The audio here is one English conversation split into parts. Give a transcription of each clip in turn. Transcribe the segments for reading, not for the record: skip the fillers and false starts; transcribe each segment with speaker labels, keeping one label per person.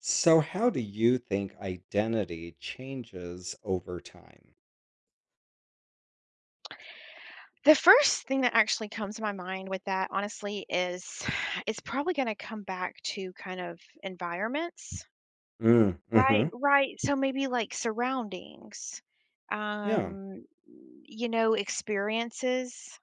Speaker 1: So, how do you think identity changes over time?
Speaker 2: The first thing that actually comes to my mind with that, honestly, is it's probably gonna come back to kind of environments,
Speaker 1: Mm,
Speaker 2: right?
Speaker 1: hmm
Speaker 2: Right. So maybe like surroundings,
Speaker 1: Yeah.
Speaker 2: um, experiences.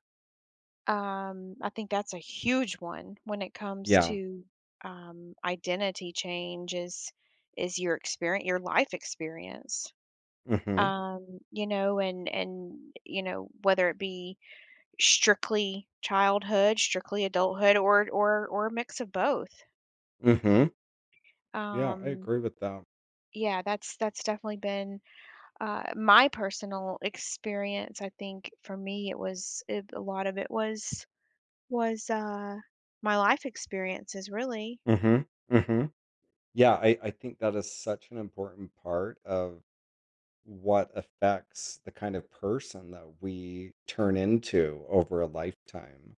Speaker 2: I think that's a huge one when it comes
Speaker 1: Yeah.
Speaker 2: to identity change is your experience, your life experience.
Speaker 1: Hmm.
Speaker 2: You know, and you know, whether it be strictly childhood, strictly adulthood, or or a mix of both.
Speaker 1: Hmm. Yeah, I
Speaker 2: Um,
Speaker 1: agree with that.
Speaker 2: yeah, that's definitely been, my personal experience. I think for me it was it a lot of it was my life experiences really.
Speaker 1: Hmm. Hmm. Yeah, I think that is such an important part of what affects the kind of person that we turn into over a lifetime.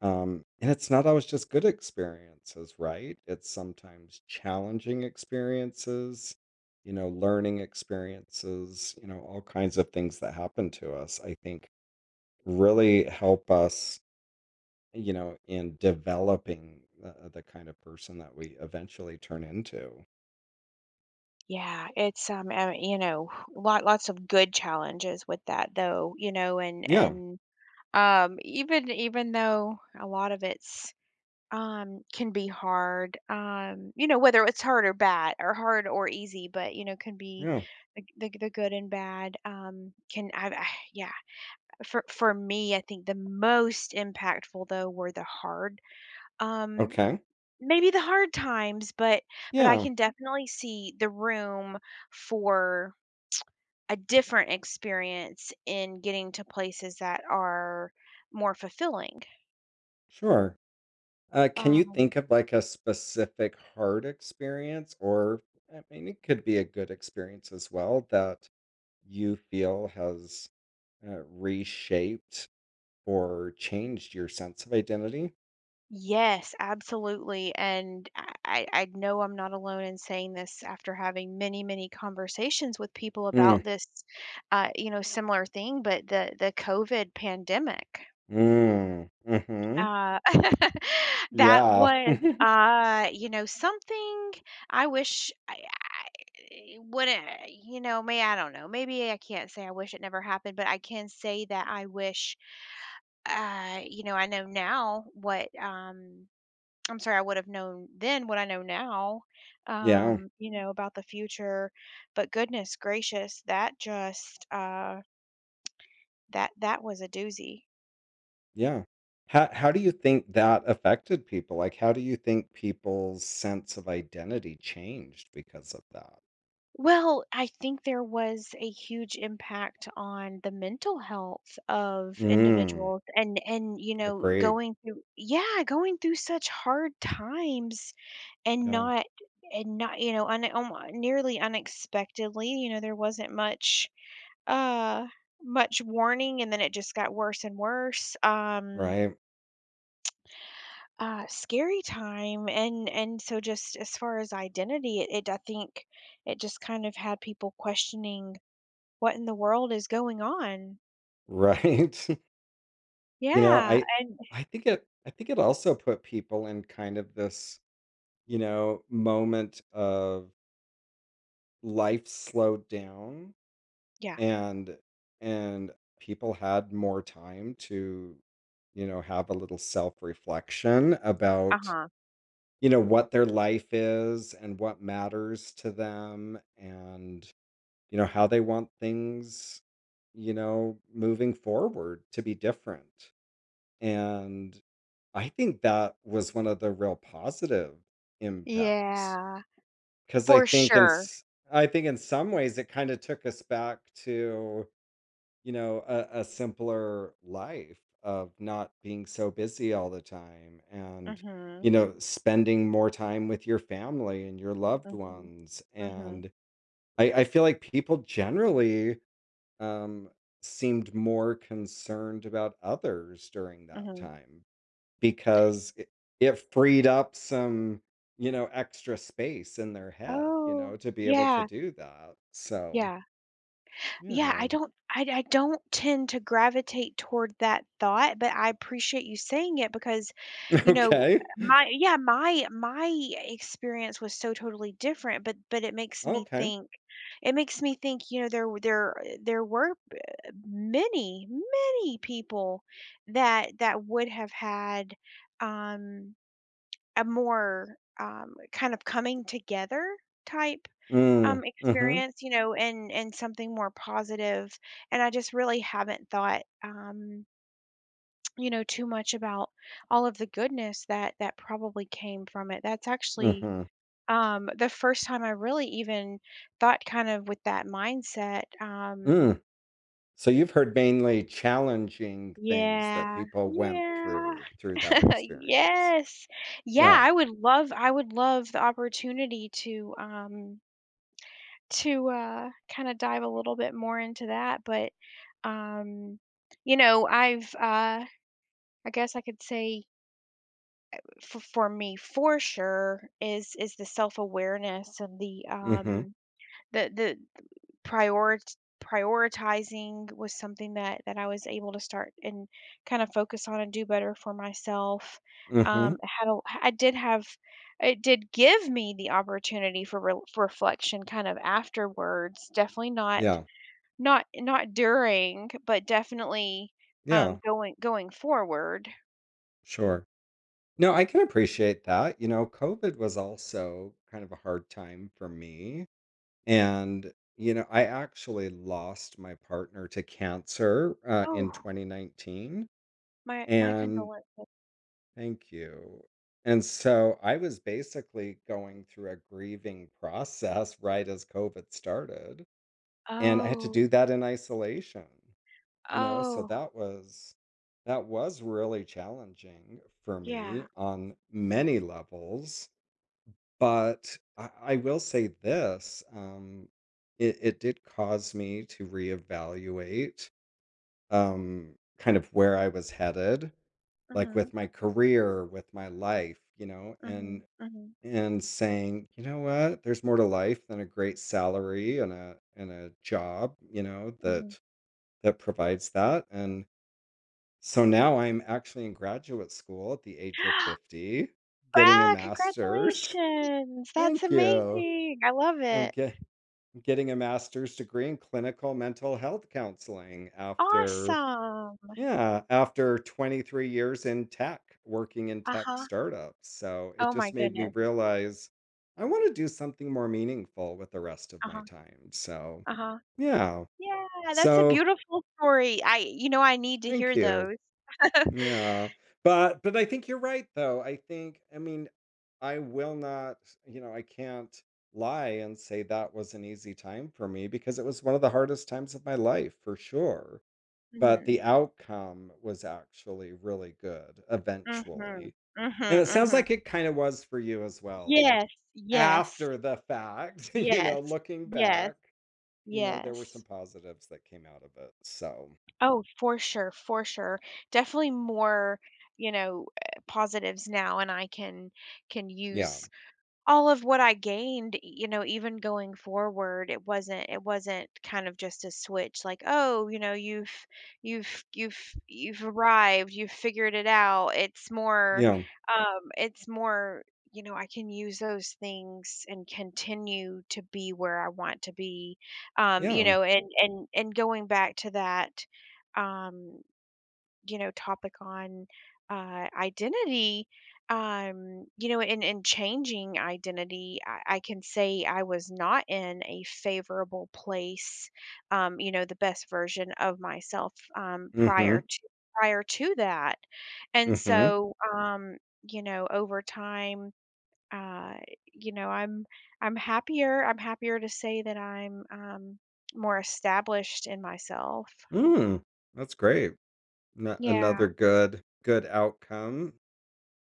Speaker 1: And it's not always just good experiences, right? It's sometimes challenging experiences, learning experiences, all kinds of things that happen to us, I think really help us, in developing the kind of person that we eventually turn into.
Speaker 2: Yeah, it's, you know, lots of good challenges with that though, you know, and
Speaker 1: Yeah.
Speaker 2: and, um, even though a lot of it's can be hard. You know, whether it's hard or bad, or hard or easy, but you know, can be
Speaker 1: Yeah.
Speaker 2: the good and bad. Can I, I? Yeah, for me, I think the most impactful though were the hard. Um,
Speaker 1: Okay.
Speaker 2: maybe the hard times, but I
Speaker 1: Yeah.
Speaker 2: can definitely see the room for a different experience in getting to places that are more fulfilling.
Speaker 1: Sure. Can you
Speaker 2: Um,
Speaker 1: think of like a specific hard experience, or I mean, it could be a good experience as well that you feel has reshaped or changed your sense of identity?
Speaker 2: Yes, absolutely. And I know I'm not alone in saying this after having many, many conversations with people
Speaker 1: Mm.
Speaker 2: about this, you know, similar thing, but the COVID pandemic.
Speaker 1: Mm. Mm-hmm.
Speaker 2: Uh, that
Speaker 1: Yeah.
Speaker 2: was, you know, something I wish I wouldn't, you know, may I don't know. Maybe I can't say I wish it never happened, but I can say that I wish, you know, I know now what, I'm sorry, I would have known then what I know now,
Speaker 1: Yeah.
Speaker 2: you know, about the future. But goodness gracious, that just that was a doozy.
Speaker 1: Yeah. How do you think that affected people? Like, how do you think people's sense of identity changed because of that?
Speaker 2: Well, I think there was a huge impact on the mental health of
Speaker 1: Mm,
Speaker 2: individuals and you know,
Speaker 1: agreed.
Speaker 2: going through yeah, going through such hard times and
Speaker 1: Yeah.
Speaker 2: not and not, you know, nearly unexpectedly, you know, there wasn't much uh, much warning, and then it just got worse and worse.
Speaker 1: Right.
Speaker 2: Scary time, and so just as far as identity, it, I think it just kind of had people questioning what in the world is going on.
Speaker 1: Right. You know,
Speaker 2: Yeah, and
Speaker 1: I think it also put people in kind of this, moment of life slowed down,
Speaker 2: yeah,
Speaker 1: and and people had more time to have a little self-reflection
Speaker 2: uh
Speaker 1: about
Speaker 2: huh,
Speaker 1: what their life is and what matters to them, and how they want things, moving forward, to be different, and I think that was one of the real positive impacts.
Speaker 2: yeah,
Speaker 1: 'Cause I
Speaker 2: for
Speaker 1: think in
Speaker 2: sure.
Speaker 1: s I think in some ways it kinda took us back to, you know, a simpler life of not being so busy all the time, and,
Speaker 2: Mhm,
Speaker 1: spending more time with your family and your loved
Speaker 2: mhm,
Speaker 1: ones,
Speaker 2: mhm,
Speaker 1: and I feel like people generally, um, seemed more concerned about others during that
Speaker 2: mhm.
Speaker 1: time, because it freed up some, extra space in their head,
Speaker 2: Oh,
Speaker 1: to be able to
Speaker 2: yeah,
Speaker 1: do that. So,
Speaker 2: yeah. Yeah, I
Speaker 1: yeah.
Speaker 2: don't I I don't tend to gravitate toward that thought, but I appreciate you saying it because, you know,
Speaker 1: Okay.
Speaker 2: my my experience was so totally different, but it makes me
Speaker 1: Okay.
Speaker 2: think. It makes me think, you know, there were many, many people that would have had um a more kind of coming together type
Speaker 1: Mm. Mhm.
Speaker 2: experience, you know, and something more positive. And I just really haven't thought, you know, too much about all of the goodness that that probably came from it. That's actually
Speaker 1: Mhm.
Speaker 2: the first time I really even thought kind of with that mindset.
Speaker 1: Mm. So you've heard mainly challenging things that
Speaker 2: Yeah,
Speaker 1: people went
Speaker 2: yeah,
Speaker 1: through that experience.
Speaker 2: yes, yeah.
Speaker 1: Yeah.
Speaker 2: I would love the opportunity to kind of dive a little bit more into that, but um, you know, I've I guess I could say for me for sure is the self awareness and the
Speaker 1: Mm-hmm.
Speaker 2: the prior prioritizing was something that that I was able to start and kind of focus on and do better for myself.
Speaker 1: Mm-hmm.
Speaker 2: Um, I had a, I did have it did give me the opportunity for, for reflection kind of afterwards. Definitely not
Speaker 1: Yeah.
Speaker 2: not during, but definitely,
Speaker 1: Yeah.
Speaker 2: going going forward.
Speaker 1: Sure. No, I can appreciate that. You know, COVID was also kind of a hard time for me. And, I actually lost my partner to cancer in
Speaker 2: Oh,
Speaker 1: 2019.
Speaker 2: my
Speaker 1: And
Speaker 2: condolences.
Speaker 1: thank you. And so I was basically going through a grieving process right as COVID started. And I had to
Speaker 2: Oh,
Speaker 1: do that in isolation, you know, so
Speaker 2: oh,
Speaker 1: that was. That was really challenging for
Speaker 2: yeah.
Speaker 1: me on many levels. But I will say this. It did cause me to reevaluate, kind of where I was headed, like,
Speaker 2: Mhm,
Speaker 1: with my career, with my life, you know,
Speaker 2: mhm,
Speaker 1: and
Speaker 2: mhm,
Speaker 1: and saying, "You know what? There's more to life than a great salary, and a job, you know,
Speaker 2: mhm.
Speaker 1: that provides that," and so now I'm actually in graduate school at the age of 50, getting a
Speaker 2: Wow,
Speaker 1: master's.
Speaker 2: congratulations. That's
Speaker 1: Thank you.
Speaker 2: amazing. I love
Speaker 1: I'm
Speaker 2: it.
Speaker 1: get. Getting a master's degree in clinical mental health counseling after,
Speaker 2: Awesome.
Speaker 1: yeah, after 23 years in tech, working in tech
Speaker 2: Uh-huh.
Speaker 1: startups. So it
Speaker 2: Oh my
Speaker 1: just made me
Speaker 2: goodness.
Speaker 1: realize I want to do something more meaningful with the rest of my
Speaker 2: Uh-huh,
Speaker 1: time. So,
Speaker 2: uh-huh.
Speaker 1: yeah.
Speaker 2: Yeah, that's a
Speaker 1: So,
Speaker 2: beautiful story. I, you know, I need to
Speaker 1: thank
Speaker 2: hear
Speaker 1: you.
Speaker 2: those.
Speaker 1: Yeah. But I think you're right, though. I think, I mean, I will not, I can't lie and say that was an easy time for me, because it was one of the hardest times of my life for sure. But
Speaker 2: Mhm,
Speaker 1: the outcome was actually really good
Speaker 2: mhm,
Speaker 1: eventually.
Speaker 2: mhm,
Speaker 1: And it sounds
Speaker 2: mhm.
Speaker 1: like it kind of was for you as well. Like,
Speaker 2: Yes, yes,
Speaker 1: after the fact, you
Speaker 2: yes,
Speaker 1: know, looking
Speaker 2: yes,
Speaker 1: back, you know, there were some
Speaker 2: yes.
Speaker 1: positives that came out of it. So,
Speaker 2: Oh, for sure, for sure. Definitely more, you know, positives now, and I can
Speaker 1: yeah.
Speaker 2: use all of what I gained, you know, even going forward, it wasn't kind of just a switch like, "Oh, you know, you've you've you've arrived, you've figured it out."
Speaker 1: Yeah.
Speaker 2: It's more, you know, I can use those things and continue to be where I want to be. You
Speaker 1: Yeah.
Speaker 2: know, and going back to that um you know, topic on identity, you know, and changing identity, I can say I was not in a favorable place, you know, the best version of myself prior
Speaker 1: Mhm.
Speaker 2: to prior to that. And
Speaker 1: Mhm.
Speaker 2: so, you know, over time, uh, you know, I'm happier. I'm happier to say that I'm more established in myself.
Speaker 1: Mm, that's great. N
Speaker 2: Yeah.
Speaker 1: Another good outcome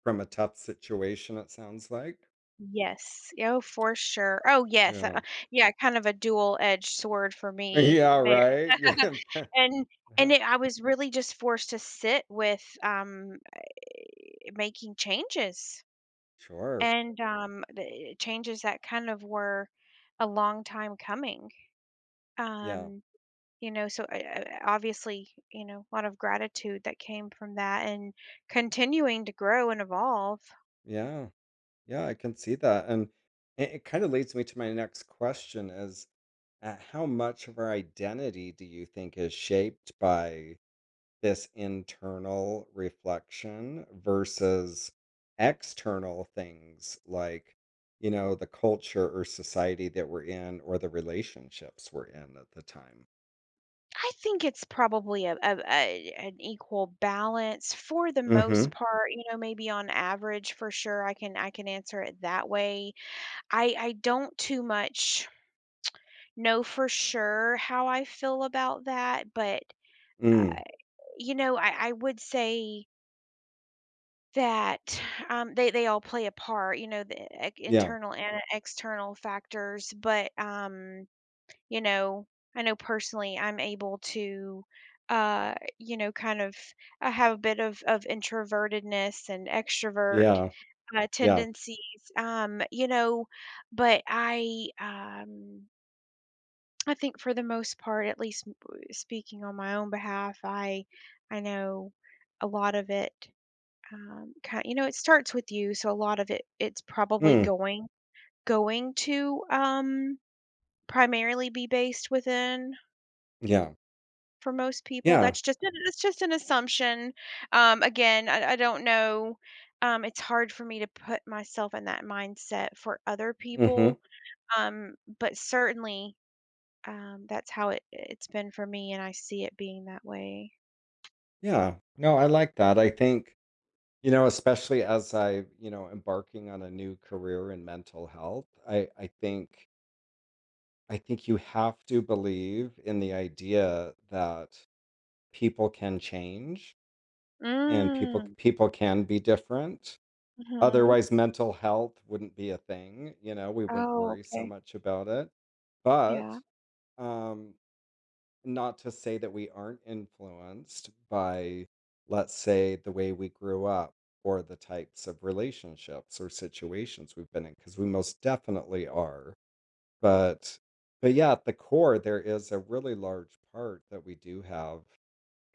Speaker 1: from a tough situation, it sounds like.
Speaker 2: Yes. Oh, for sure. Oh, yes.
Speaker 1: Yeah.
Speaker 2: Yeah, kind of a dual-edged sword for me
Speaker 1: Yeah,
Speaker 2: there.
Speaker 1: right?
Speaker 2: And
Speaker 1: Yeah.
Speaker 2: it I was really just forced to sit with, making changes,
Speaker 1: Sure.
Speaker 2: and, the changes that kind of were a long time coming.
Speaker 1: Yeah.
Speaker 2: Um, you know, so, I obviously, you know, a lot of gratitude that came from that and continuing to grow and evolve.
Speaker 1: Yeah. Yeah, I can see that, and it kinda leads me to my next question, is, how much of our identity do you think is shaped by this internal reflection versus external things, like, the culture or society that we're in, or the relationships we're in at the time?
Speaker 2: I think it's probably a an equal balance for the most
Speaker 1: Mhm.
Speaker 2: part. You know, maybe on average, for sure, I can answer it that way. I don't too much know for sure how I feel about that, but uh,
Speaker 1: Mm.
Speaker 2: you know, I would say that they all play a part. You know, the
Speaker 1: Yeah.
Speaker 2: internal and external factors, but you know, I know personally I'm able to, uh, you know, kind of I have a bit of introvertedness and extrovert
Speaker 1: Yeah. Yeah.
Speaker 2: tendencies, you know, but I think for the most part, at least speaking on my own behalf, I know a lot of it. Kind, you know, it starts with you, so a lot of it, it's probably
Speaker 1: Mm.
Speaker 2: going to primarily be based within.
Speaker 1: Yeah.
Speaker 2: For most people,
Speaker 1: Yeah.
Speaker 2: that's just an assumption. Again, I don't know, it's hard for me to put myself in that mindset for other
Speaker 1: Mhm.
Speaker 2: people, but certainly, that's how it's been for me, and I see it being that way.
Speaker 1: Yeah, no, I like that. I think, especially as I, embarking on a new career in mental health, I think you have to believe in the idea that people can change, and people
Speaker 2: Mm,
Speaker 1: people can be different.
Speaker 2: mhm.
Speaker 1: Otherwise, mental health wouldn't be a thing. You know, we wouldn't
Speaker 2: Oh,
Speaker 1: worry so
Speaker 2: okay.
Speaker 1: much about it. But
Speaker 2: Yeah.
Speaker 1: um, not to say that we aren't influenced by, let's say, the way we grew up, or the types of relationships or situations we've been in, because we most definitely are. But but yeah, at the core, there is a really large part that we do have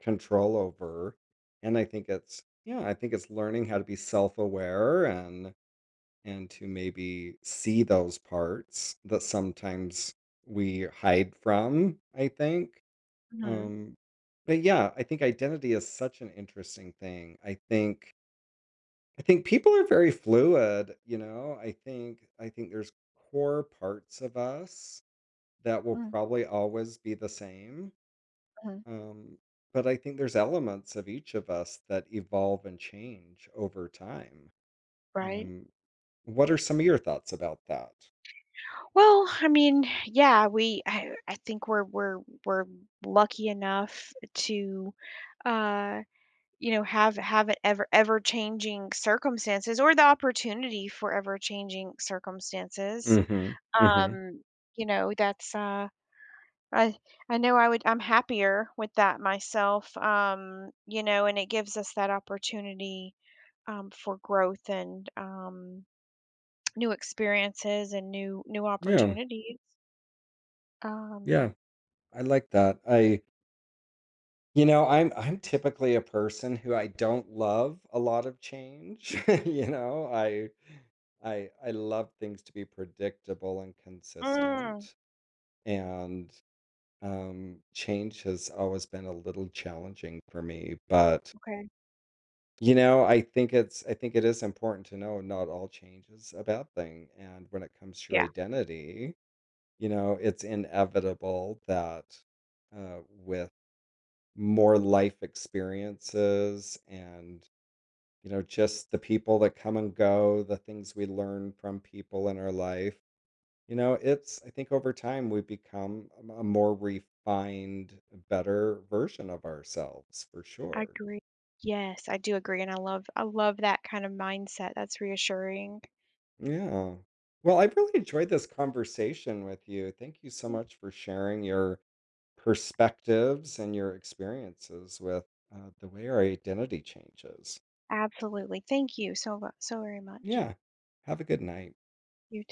Speaker 1: control over. And I think it's, yeah, I think it's learning how to be self-aware, and to maybe see those parts that sometimes we hide from, I think.
Speaker 2: Mhm.
Speaker 1: Um but, yeah, I think identity is such an interesting thing. I think people are very fluid, you know. I think there's core parts of us that will
Speaker 2: Mm,
Speaker 1: probably always be the same,
Speaker 2: mhm.
Speaker 1: um, but I think there's elements of each of us that evolve and change over time.
Speaker 2: Right.
Speaker 1: Um, what are some of your thoughts about that?
Speaker 2: Well, I mean, yeah, we I think we're lucky enough to, uh you know, have it ever changing circumstances or the opportunity for ever changing circumstances.
Speaker 1: Hmm. Hmm.
Speaker 2: Um, you know, that's I know I would I'm happier with that myself. You know, and it gives us that opportunity for growth and new experiences and new
Speaker 1: Yeah.
Speaker 2: opportunities.
Speaker 1: Yeah.
Speaker 2: Um,
Speaker 1: I like that. I'm typically a person who, I don't love a lot of change. You know, I love things to be predictable and
Speaker 2: mm,
Speaker 1: consistent. And change has always been a little challenging for me, but,
Speaker 2: okay.
Speaker 1: you know, I think it's, I think it is important to know not all change is a bad thing. And when it comes to your
Speaker 2: Yeah,
Speaker 1: identity, you know, it's inevitable that, with more life experiences, and, just the people that come and go, the things we learn from people in our life, it's, I think, over time we become a more refined, better version of ourselves for
Speaker 2: I
Speaker 1: sure.
Speaker 2: agree. Yes, I do agree and I love that kind of mindset. That's reassuring.
Speaker 1: Yeah. Well, I really enjoyed this conversation with you. Thank you so much for sharing your perspectives and your experiences with the way our identity changes.
Speaker 2: Absolutely. Thank you so, so very much.
Speaker 1: Yeah. Have a good night.
Speaker 2: You